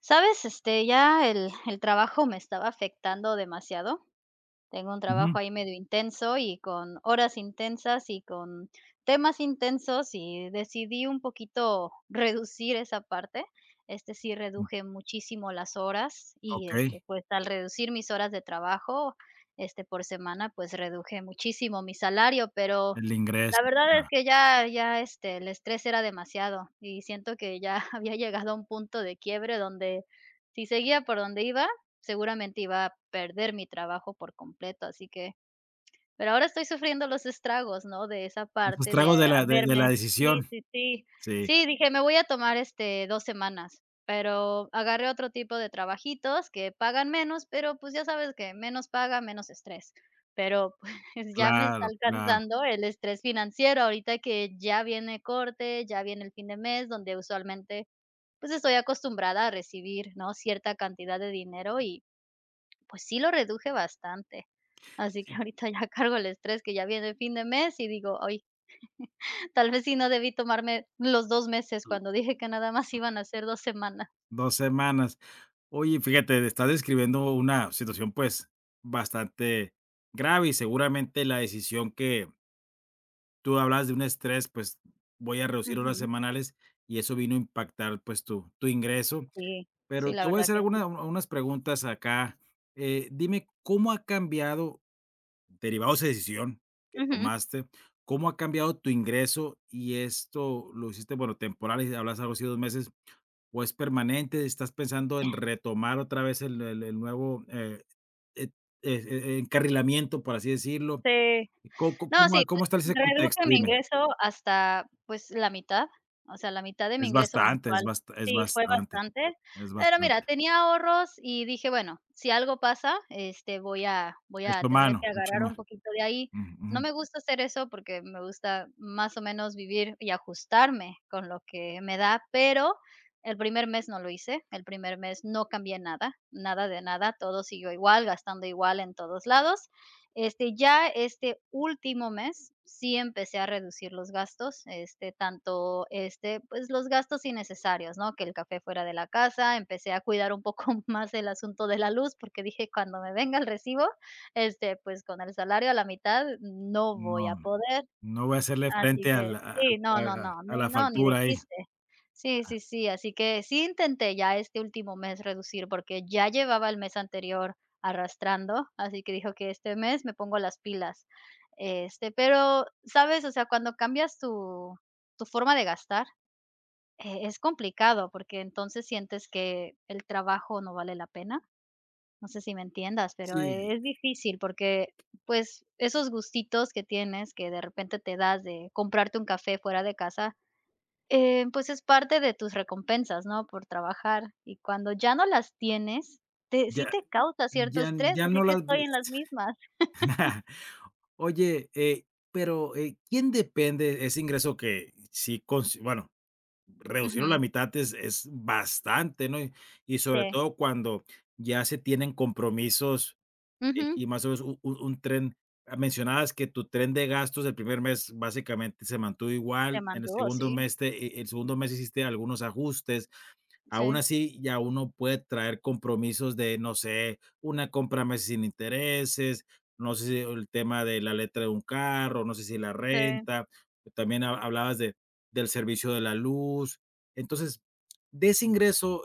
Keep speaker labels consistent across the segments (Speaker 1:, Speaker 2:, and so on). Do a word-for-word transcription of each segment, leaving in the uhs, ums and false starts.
Speaker 1: ¿Sabes? Este, ya el el trabajo me estaba afectando demasiado. Tengo un
Speaker 2: Ujú.
Speaker 1: trabajo ahí medio intenso y con horas intensas y con temas intensos, y decidí un poquito reducir esa parte. Este, sí
Speaker 2: Mm.
Speaker 1: reduje muchísimo las horas y, este,
Speaker 2: Okey.
Speaker 1: pues, al reducir mis horas de trabajo, este, por semana, pues, reduje muchísimo mi salario, pero
Speaker 2: El ingreso.
Speaker 1: la verdad es
Speaker 2: Ah,
Speaker 1: que ya ya, este, el estrés era demasiado y siento que ya había llegado a un punto de quiebre donde si seguía por donde iba, seguramente iba a perder mi trabajo por completo, así que pero ahora estoy sufriendo los estragos, ¿no?, de esa
Speaker 2: los
Speaker 1: parte de
Speaker 2: estragos de
Speaker 1: eh,
Speaker 2: la de de la
Speaker 1: haberme sí,
Speaker 2: decisión.
Speaker 1: sí, sí.
Speaker 2: Sí,
Speaker 1: Sí, dije: "Me voy a tomar, este, dos semanas", pero agarré otro tipo de trabajitos que pagan menos, pero, pues, ya sabes que menos paga, menos estrés. Pero, pues, ya me está
Speaker 2: claro, claro,
Speaker 1: alcanzando el estrés financiero ahorita que ya viene corte, ya viene el fin de mes, donde usualmente, pues, estoy acostumbrada a recibir, ¿no?, cierta cantidad de dinero y pues sí lo reduje bastante. Así que
Speaker 2: sí,
Speaker 1: ahorita ya cargo el estrés que ya viene el fin de mes y digo: "Ay, tal vez sí no debí tomarme los dos meses
Speaker 2: l
Speaker 1: cuando dije que nada más iban a ser dos semanas".
Speaker 2: dos semanas. Oye, fíjate, estás describiendo una situación, pues, bastante grave y seguramente la decisión que tú hablabas de un estrés, pues, voy a reducir horas
Speaker 1: Ujú.
Speaker 2: semanales y eso vino a impactar, pues, tu tu ingreso,
Speaker 1: Sí, sí,
Speaker 2: pero
Speaker 1: la
Speaker 2: te voy a
Speaker 1: verdad
Speaker 2: hacer
Speaker 1: que sí.
Speaker 2: alguna unas preguntas acá. Eh, dime, ¿cómo ha cambiado derivados de decisión que
Speaker 1: Ujú.
Speaker 2: tomaste, ¿cómo ha cambiado tu ingreso? Y esto lo hiciste, bueno, temporal, y hablas algo así dos meses, ¿o es permanente? ¿Estás pensando en retomar otra vez el el el nuevo, eh, et eh eh, encarrilamiento, por así decirlo?
Speaker 1: Sí.
Speaker 2: ¿Co co
Speaker 1: No,
Speaker 2: cómo
Speaker 1: sí,
Speaker 2: cómo
Speaker 1: pues,
Speaker 2: está ese contexto?
Speaker 1: reduje mi
Speaker 2: Dime.
Speaker 1: ingreso hasta, pues, la mitad, o sea, la mitad de mi
Speaker 2: Es
Speaker 1: ingreso
Speaker 2: bastante, es
Speaker 1: mensual.
Speaker 2: bast es
Speaker 1: Sí, fue
Speaker 2: bastante,
Speaker 1: bastante,
Speaker 2: es
Speaker 1: pero mira,
Speaker 2: bastante.
Speaker 1: tenía ahorros y dije: "Bueno, si algo pasa, este, voy a voy a
Speaker 2: Hecho
Speaker 1: tener
Speaker 2: mano,
Speaker 1: que
Speaker 2: hecho
Speaker 1: agarrar
Speaker 2: mano.
Speaker 1: un poquito de ahí".
Speaker 2: Ujú,
Speaker 1: No
Speaker 2: ujú.
Speaker 1: me gusta hacer eso porque me gusta más o menos vivir y ajustarme con lo que me da, pero el primer mes no lo hice, el primer mes no cambié nada, nada de nada, todo siguió igual, gastando igual en todos lados, este, ya este último mes sí empecé a reducir los gastos, este, tanto, este, pues, los gastos innecesarios, ¿no? Que el café fuera de la casa, empecé a cuidar un poco más el asunto de la luz, porque dije: "Cuando me venga el recibo, este, pues, con el salario a la mitad no voy a
Speaker 2: No,
Speaker 1: poder".
Speaker 2: no voy a hacerle
Speaker 1: Así
Speaker 2: frente a
Speaker 1: que
Speaker 2: la a
Speaker 1: sí, no, no,
Speaker 2: a
Speaker 1: no,
Speaker 2: a
Speaker 1: ni
Speaker 2: la
Speaker 1: no, ni de
Speaker 2: factura ahí.
Speaker 1: chiste. Sí, sí, sí, así que sí intenté ya este último mes reducir, porque ya llevaba el mes anterior arrastrando, así que dijo que este mes me pongo las pilas". Este, pero, ¿sabes? O sea, cuando cambias tu tu forma de gastar, eh, es complicado, porque entonces sientes que el trabajo no vale la pena. No sé si me entiendas, pero
Speaker 2: Sí,
Speaker 1: es difícil porque, pues, esos gustitos que tienes, que de repente te das de comprarte un café fuera de casa, eh, pues, es parte de tus recompensas, ¿no?, por trabajar. Y cuando ya no las tienes, te
Speaker 2: ya.
Speaker 1: sí te causa cierto
Speaker 2: Ya,
Speaker 1: estrés,
Speaker 2: ya
Speaker 1: así
Speaker 2: no
Speaker 1: que
Speaker 2: las
Speaker 1: estoy
Speaker 2: ves.
Speaker 1: en las mismas.
Speaker 2: Oye, eh, pero, eh, ¿quién depende ese ingreso que sí consi bueno, reducirlo a la
Speaker 1: Ujú.
Speaker 2: mitad es es bastante, ¿no? Y y sobre
Speaker 1: Sí.
Speaker 2: todo cuando ya se tienen compromisos, eh,
Speaker 1: Ujú.
Speaker 2: y más o menos u u un tren. Ah, mencionabas que tu tren de gastos el primer mes básicamente se mantuvo
Speaker 1: Te
Speaker 2: igual, en el
Speaker 1: mantuvo,
Speaker 2: segundo
Speaker 1: sí,
Speaker 2: mes te e el segundo mes hiciste algunos ajustes. Aún
Speaker 1: sí.
Speaker 2: así, ya uno puede traer compromisos de, no sé, una compra a meses sin intereses, no sé si el tema de la letra de un carro, no sé si la
Speaker 1: Sí.
Speaker 2: renta, también ha- hablabas de, del servicio de la luz. Entonces, de ese ingreso,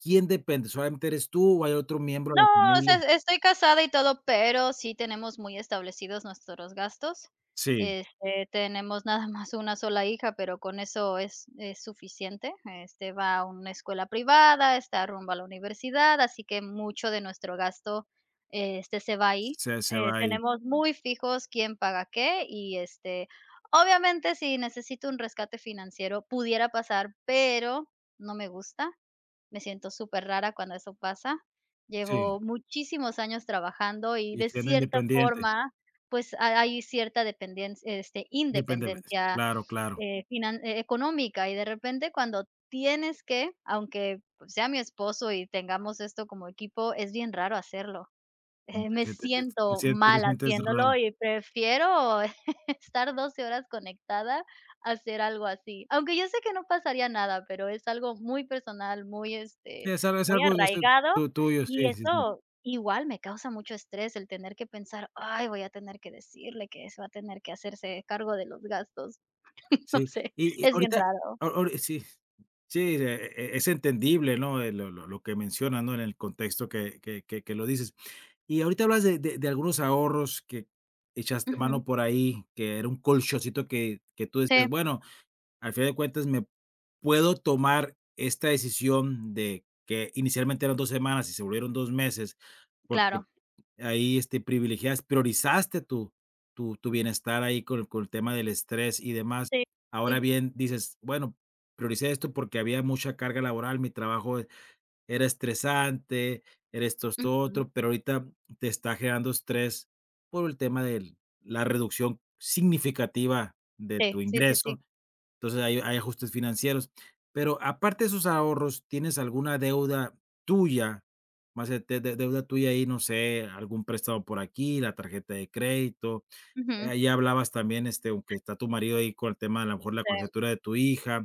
Speaker 2: ¿quién depende? ¿Solamente eres tú o hay otro miembro de la
Speaker 1: No, o sea,
Speaker 2: familia?
Speaker 1: es- estoy casada y todo, pero sí tenemos muy establecidos nuestros gastos.
Speaker 2: Sí,
Speaker 1: Este, tenemos nada más una sola hija, pero con eso es es suficiente. Este, va a una escuela privada, está rumbo a la universidad, así que mucho de nuestro gasto, este, se va ahí.
Speaker 2: se, se
Speaker 1: Eh,
Speaker 2: va ahí.
Speaker 1: tenemos muy fijos quién paga qué y, este, obviamente, si necesito un rescate financiero, pudiera pasar, pero no me gusta. Me siento súper rara cuando eso pasa.
Speaker 2: Sí,
Speaker 1: Llevo muchísimos años trabajando y
Speaker 2: y
Speaker 1: de
Speaker 2: siendo
Speaker 1: cierta
Speaker 2: independiente,
Speaker 1: forma, pues, ha hay cierta dependen este,
Speaker 2: independiente.
Speaker 1: independencia,
Speaker 2: Claro, claro.
Speaker 1: eh, finan eh, económica, y de repente cuando tienes que, aunque, pues, sea mi esposo y tengamos esto como equipo, es bien raro hacerlo. Eh,
Speaker 2: Te
Speaker 1: me
Speaker 2: sientes, te
Speaker 1: siento
Speaker 2: sientes, Te
Speaker 1: mal
Speaker 2: sientes raro.
Speaker 1: haciéndolo y prefiero estar doce horas conectada a hacer algo así. Aunque yo sé que no pasaría nada, pero es algo muy personal, muy,
Speaker 2: Sí,
Speaker 1: este,
Speaker 2: es algo, es
Speaker 1: muy
Speaker 2: algo de eso
Speaker 1: arraigado
Speaker 2: tu- tuyo,
Speaker 1: y
Speaker 2: sí, sí, sí.
Speaker 1: eso igual me causa mucho estrés el tener que pensar, ay, voy a tener que decirle que se va a tener que hacerse cargo de los gastos. No
Speaker 2: Sí,
Speaker 1: sé,
Speaker 2: y y
Speaker 1: es bien
Speaker 2: ahorita
Speaker 1: raro.
Speaker 2: ahor ahor sí, sí, e e es entendible, ¿no? Eh, lo lo lo que mencionas, ¿no? En el contexto que que que que lo dices. Y ahorita hablas de de de algunos ahorros que echaste mano
Speaker 1: Ujú.
Speaker 2: por ahí, que era un colchoncito que que tú decías:
Speaker 1: Sí,
Speaker 2: "Bueno, al final de cuentas me puedo tomar esta decisión de", que inicialmente eran dos semanas y se volvieron dos meses. Porque
Speaker 1: claro.
Speaker 2: ahí, este, privilegiaste, priorizaste tu tu tu bienestar ahí con el con el tema del estrés y demás.
Speaker 1: Sí,
Speaker 2: Ahora
Speaker 1: sí.
Speaker 2: bien, dices: "Bueno, prioricé esto porque había mucha carga laboral, mi trabajo e- era estresante, era esto, esto
Speaker 1: Ujú.
Speaker 2: otro", pero ahorita te está generando estrés por el tema del la reducción significativa de tu
Speaker 1: Sí, sí, sí,
Speaker 2: ingreso.
Speaker 1: sí.
Speaker 2: Entonces hay hay ajustes financieros. Pero aparte de esos ahorros, ¿tienes alguna deuda tuya? Más de de de- deuda tuya ahí, no sé, algún préstamo por aquí, la tarjeta de crédito.
Speaker 1: Ujú.
Speaker 2: Ahí hablabas también, este, aunque está tu marido ahí con el tema, a lo mejor la
Speaker 1: Sí.
Speaker 2: colegiatura de tu hija,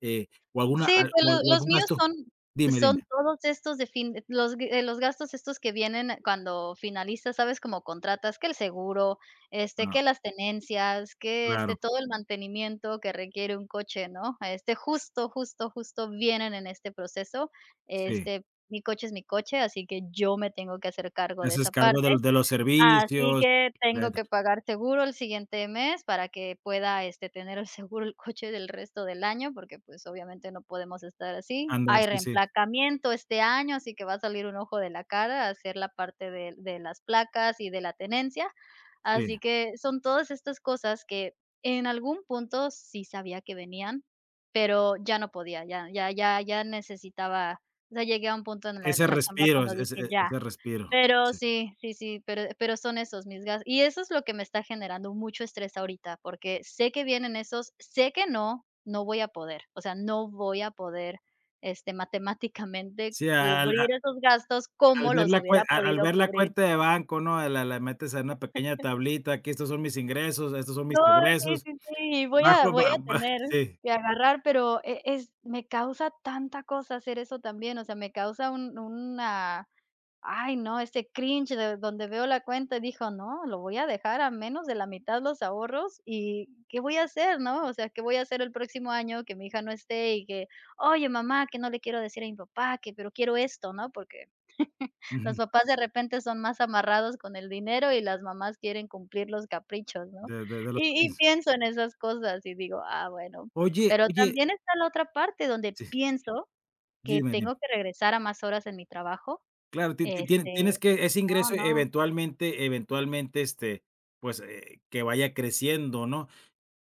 Speaker 2: eh, o alguna
Speaker 1: Sí,
Speaker 2: al
Speaker 1: pues
Speaker 2: o al-
Speaker 1: lo
Speaker 2: o
Speaker 1: los
Speaker 2: algún
Speaker 1: míos
Speaker 2: gasto.
Speaker 1: son
Speaker 2: Dime, dime.
Speaker 1: son todos estos de fin los g eh, los gastos estos que vienen eh, cuando finalizas, ¿sabes? Como contratas que el seguro, este,
Speaker 2: Ah,
Speaker 1: que las tenencias, que, este,
Speaker 2: claro,
Speaker 1: todo el mantenimiento que requiere un coche, ¿no? Este, justo, justo, justo vienen en este proceso.
Speaker 2: sí.
Speaker 1: Este, mi coche es mi coche, así que yo me tengo que hacer
Speaker 2: Te
Speaker 1: cargo de
Speaker 2: haces
Speaker 1: esa
Speaker 2: cargo de los
Speaker 1: parte.
Speaker 2: de los
Speaker 1: Así
Speaker 2: servicios,
Speaker 1: que
Speaker 2: la
Speaker 1: tengo que pagar seguro el siguiente mes para que pueda, este, tener el seguro el coche del resto del año, porque, pues, obviamente no podemos estar así.
Speaker 2: andar,
Speaker 1: Hay
Speaker 2: sí, sí,
Speaker 1: reemplacamiento este año, así que va a salir un ojo de la cara a hacer la parte de de las placas y de la tenencia.
Speaker 2: sí.
Speaker 1: Así que son todas estas cosas que en algún punto sí sabía que venían, pero ya no podía, ya ya ya ya necesitaba o sea, llegué a un punto en la
Speaker 2: Ese
Speaker 1: en la chamba
Speaker 2: respiro,
Speaker 1: cuando
Speaker 2: ese
Speaker 1: dije:
Speaker 2: ese
Speaker 1: "Ya".
Speaker 2: ese respiro,
Speaker 1: Pero
Speaker 2: sí.
Speaker 1: sí, sí, sí, pero pero son esos mis gastos y eso es lo que me está generando mucho estrés ahorita, porque sé que vienen esos, sé que no, no voy a poder, o sea, no voy a poder, este, matemáticamente
Speaker 2: Sí, al
Speaker 1: cubrir esos gastos
Speaker 2: Al
Speaker 1: como
Speaker 2: ver
Speaker 1: los
Speaker 2: la cue
Speaker 1: hubiera
Speaker 2: a al
Speaker 1: podido
Speaker 2: ver la
Speaker 1: cubrir.
Speaker 2: cuenta de banco, ¿no? La la metes en una pequeña tablita, aquí estos son mis ingresos, estos son mis
Speaker 1: No, sí,
Speaker 2: egresos,
Speaker 1: sí, sí, voy a
Speaker 2: bajo
Speaker 1: voy
Speaker 2: ba
Speaker 1: a
Speaker 2: ba
Speaker 1: tener
Speaker 2: sí,
Speaker 1: que agarrar, pero e es me causa tanta cosa hacer eso también, o sea, me causa un una Ay, no, ese cringe de donde veo la cuenta y dijo: "No, lo voy a dejar a menos de la mitad los ahorros, ¿y qué voy a hacer?", ¿no? O sea, ¿qué voy a hacer el próximo año que mi hija no esté y que: "Oye, mamá, que no le quiero decir a mi papá que pero quiero esto", ¿no? Porque los
Speaker 2: ujú,
Speaker 1: papás de repente son más amarrados con el dinero y las mamás quieren cumplir los caprichos, ¿no?
Speaker 2: de de de los
Speaker 1: Y y
Speaker 2: pequeños.
Speaker 1: pienso en esas cosas y digo: "Ah, bueno".
Speaker 2: Oye,
Speaker 1: Pero
Speaker 2: oye,
Speaker 1: también está la otra parte donde
Speaker 2: sí,
Speaker 1: pienso que
Speaker 2: dime, dime.
Speaker 1: tengo que regresar a más horas en mi trabajo
Speaker 2: Claro, ti ti tienes tienes
Speaker 1: este,
Speaker 2: que ese
Speaker 1: no,
Speaker 2: ingreso
Speaker 1: no,
Speaker 2: eventualmente eventualmente, este, pues, eh, que vaya creciendo, ¿no?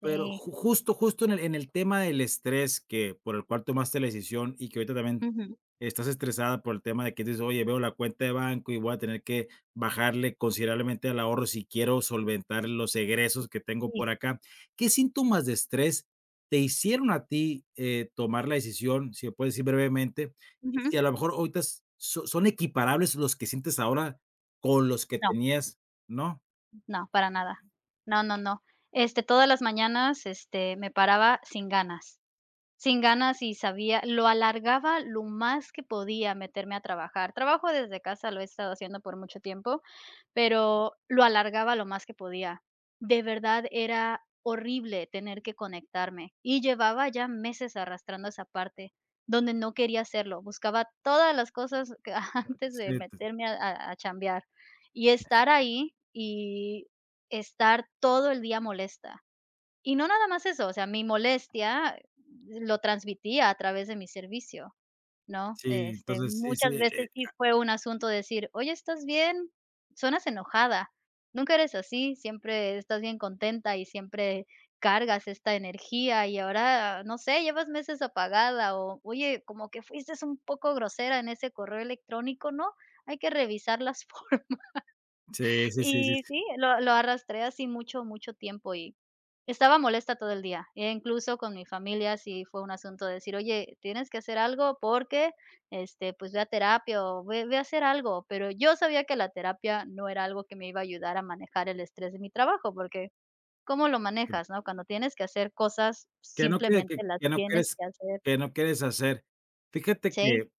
Speaker 2: Pero
Speaker 1: sí,
Speaker 2: ju justo justo en el en el tema del estrés que por el cual tomaste la decisión y que ahorita también
Speaker 1: ujú,
Speaker 2: estás estresada por el tema de que dices: "Oye, veo la cuenta de banco y voy a tener que bajarle considerablemente al ahorro si quiero solventar los egresos que tengo
Speaker 1: sí,
Speaker 2: por acá". ¿Qué síntomas de estrés te hicieron a ti, eh, tomar la decisión? Si me puedes decir brevemente, y si
Speaker 1: ujú.
Speaker 2: a lo mejor ahorita s so son equiparables los que sientes ahora con los que
Speaker 1: No,
Speaker 2: tenías, ¿no?
Speaker 1: no, para nada. No, no, no. Este, todas las mañanas, este, me paraba sin ganas. Sin ganas y sabía lo alargaba lo más que podía meterme a trabajar. Trabajo desde casa, lo he estado haciendo por mucho tiempo, pero lo alargaba lo más que podía. De verdad era horrible tener que conectarme y llevaba ya meses arrastrando esa parte donde no quería hacerlo. Buscaba todas las cosas que antes de
Speaker 2: Sí, te
Speaker 1: meterme a, a, a chambear y estar ahí y estar todo el día molesta y no nada más eso, o sea, mi molestia lo transmitía a través de mi servicio, ¿no?
Speaker 2: sí,
Speaker 1: Este,
Speaker 2: entonces sí, sí,
Speaker 1: muchas
Speaker 2: eh,
Speaker 1: veces sí fue un asunto de decir: "Oye, ¿estás bien? Sonas enojada. Nunca eres así, siempre estás bien contenta y siempre cargas esta energía y ahora, no sé, llevas meses apagada", o "Oye, como que fuiste un poco grosera en ese correo electrónico, ¿no? Hay que revisar las formas".
Speaker 2: sí, sí, sí, sí,
Speaker 1: Y
Speaker 2: sí,
Speaker 1: sí, lo lo arrastré así mucho, mucho tiempo y estaba molesta todo el día, e incluso con mi familia sí fue un asunto de decir: "Oye, tienes que hacer algo porque, este, pues, ve a terapia o ve ve a hacer algo", pero yo sabía que la terapia no era algo que me iba a ayudar a manejar el estrés de mi trabajo, porque, ¿cómo lo
Speaker 2: que
Speaker 1: manejas, no? Cuando tienes que hacer cosas,
Speaker 2: que no quiere
Speaker 1: simplemente
Speaker 2: que
Speaker 1: las
Speaker 2: que no
Speaker 1: tienes
Speaker 2: quieres
Speaker 1: que hacer.
Speaker 2: que no quieres hacer. Fíjate
Speaker 1: Sí,
Speaker 2: que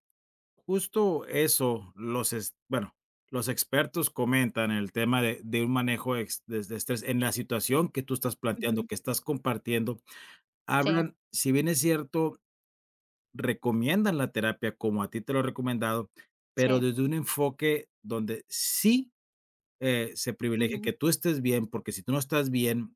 Speaker 2: justo eso, los es bueno, los expertos comentan el tema de de un manejo ex des de estrés en la situación que tú estás planteando,
Speaker 1: ujú,
Speaker 2: que estás compartiendo.
Speaker 1: sí,
Speaker 2: Hablan, si bien es cierto, recomiendan la terapia como a ti te lo he recomendado, pero
Speaker 1: sí,
Speaker 2: desde un enfoque donde sí, eh, se privilegia
Speaker 1: ujú,
Speaker 2: que tú estés bien, porque si tú no estás bien,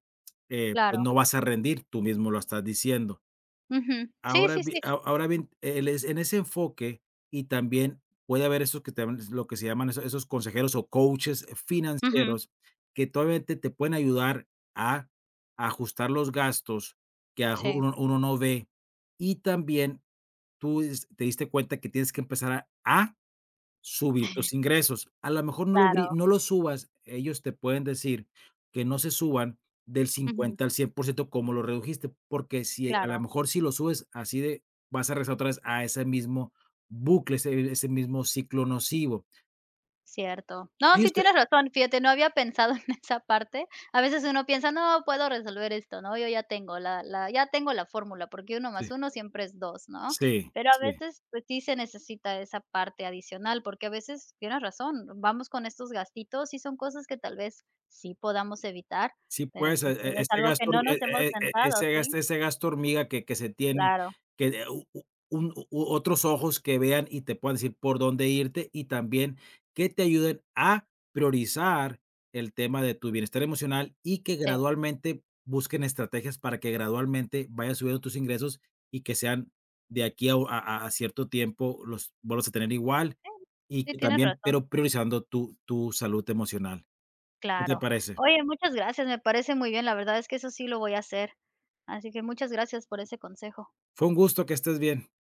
Speaker 2: eh, pues,
Speaker 1: claro,
Speaker 2: no vas a rendir, tú mismo lo estás diciendo.
Speaker 1: ujú, sí,
Speaker 2: Ahora
Speaker 1: sí,
Speaker 2: bi
Speaker 1: sí,
Speaker 2: a Ahora bien, el es en ese enfoque, y también puede haber esos que también es lo que se llaman eso esos consejeros o coaches
Speaker 1: ujú,
Speaker 2: financieros que todavía te te pueden ayudar a ajustar los gastos que a
Speaker 1: sí,
Speaker 2: uno uno no ve. Y también tú dis te diste cuenta que tienes que empezar a a subir tus ingresos. A lo mejor no lo
Speaker 1: claro,
Speaker 2: bri no lo subas, ellos te pueden decir que no se suban del
Speaker 1: ujú,
Speaker 2: cincuenta al cien por ciento como lo redujiste, porque si a lo
Speaker 1: claro.
Speaker 2: mejor si lo subes así de, vas a regresar otra vez a ese mismo bucle, ese ese mismo ciclo nocivo.
Speaker 1: Cierto. No, sí
Speaker 2: Ellos te
Speaker 1: tienes razón, fíjate, no había pensado en esa parte. A veces uno piensa: "No, puedo resolver esto", ¿no? Yo ya tengo la la ya tengo la fórmula, porque uno
Speaker 2: Sí,
Speaker 1: más uno siempre es dos ¿no?
Speaker 2: sí,
Speaker 1: Pero a
Speaker 2: sí.
Speaker 1: veces, pues, sí se necesita esa parte adicional, porque a veces tienes razón, vamos con estos gastitos y son cosas que tal vez sí podamos evitar,
Speaker 2: Sí,
Speaker 1: pero,
Speaker 2: pues, e
Speaker 1: pues,
Speaker 2: e
Speaker 1: es
Speaker 2: ese
Speaker 1: algo que
Speaker 2: gasto hor
Speaker 1: no
Speaker 2: e
Speaker 1: nos hemos
Speaker 2: e e
Speaker 1: sentado,
Speaker 2: ese gasto
Speaker 1: ¿sí?
Speaker 2: ese gasto hormiga que que se tiene,
Speaker 1: Claro,
Speaker 2: que de u u un u otros ojos que vean y te puedan decir por dónde irte, y también que te ayuden a priorizar el tema de tu bienestar emocional, y que
Speaker 1: sí,
Speaker 2: gradualmente busquen estrategias para que gradualmente vayas subiendo tus ingresos, y que sean de aquí a u a a a cierto tiempo los vuelvas a tener igual,
Speaker 1: sí,
Speaker 2: y
Speaker 1: sí
Speaker 2: que
Speaker 1: tienes
Speaker 2: también
Speaker 1: razón.
Speaker 2: pero priorizando tu tu salud emocional. ¿Qué te
Speaker 1: Claro.
Speaker 2: parece?
Speaker 1: Oye, muchas gracias, me parece muy bien, la verdad es que eso sí lo voy a hacer. Así que muchas gracias por ese consejo.
Speaker 2: Fue un gusto, que estés bien.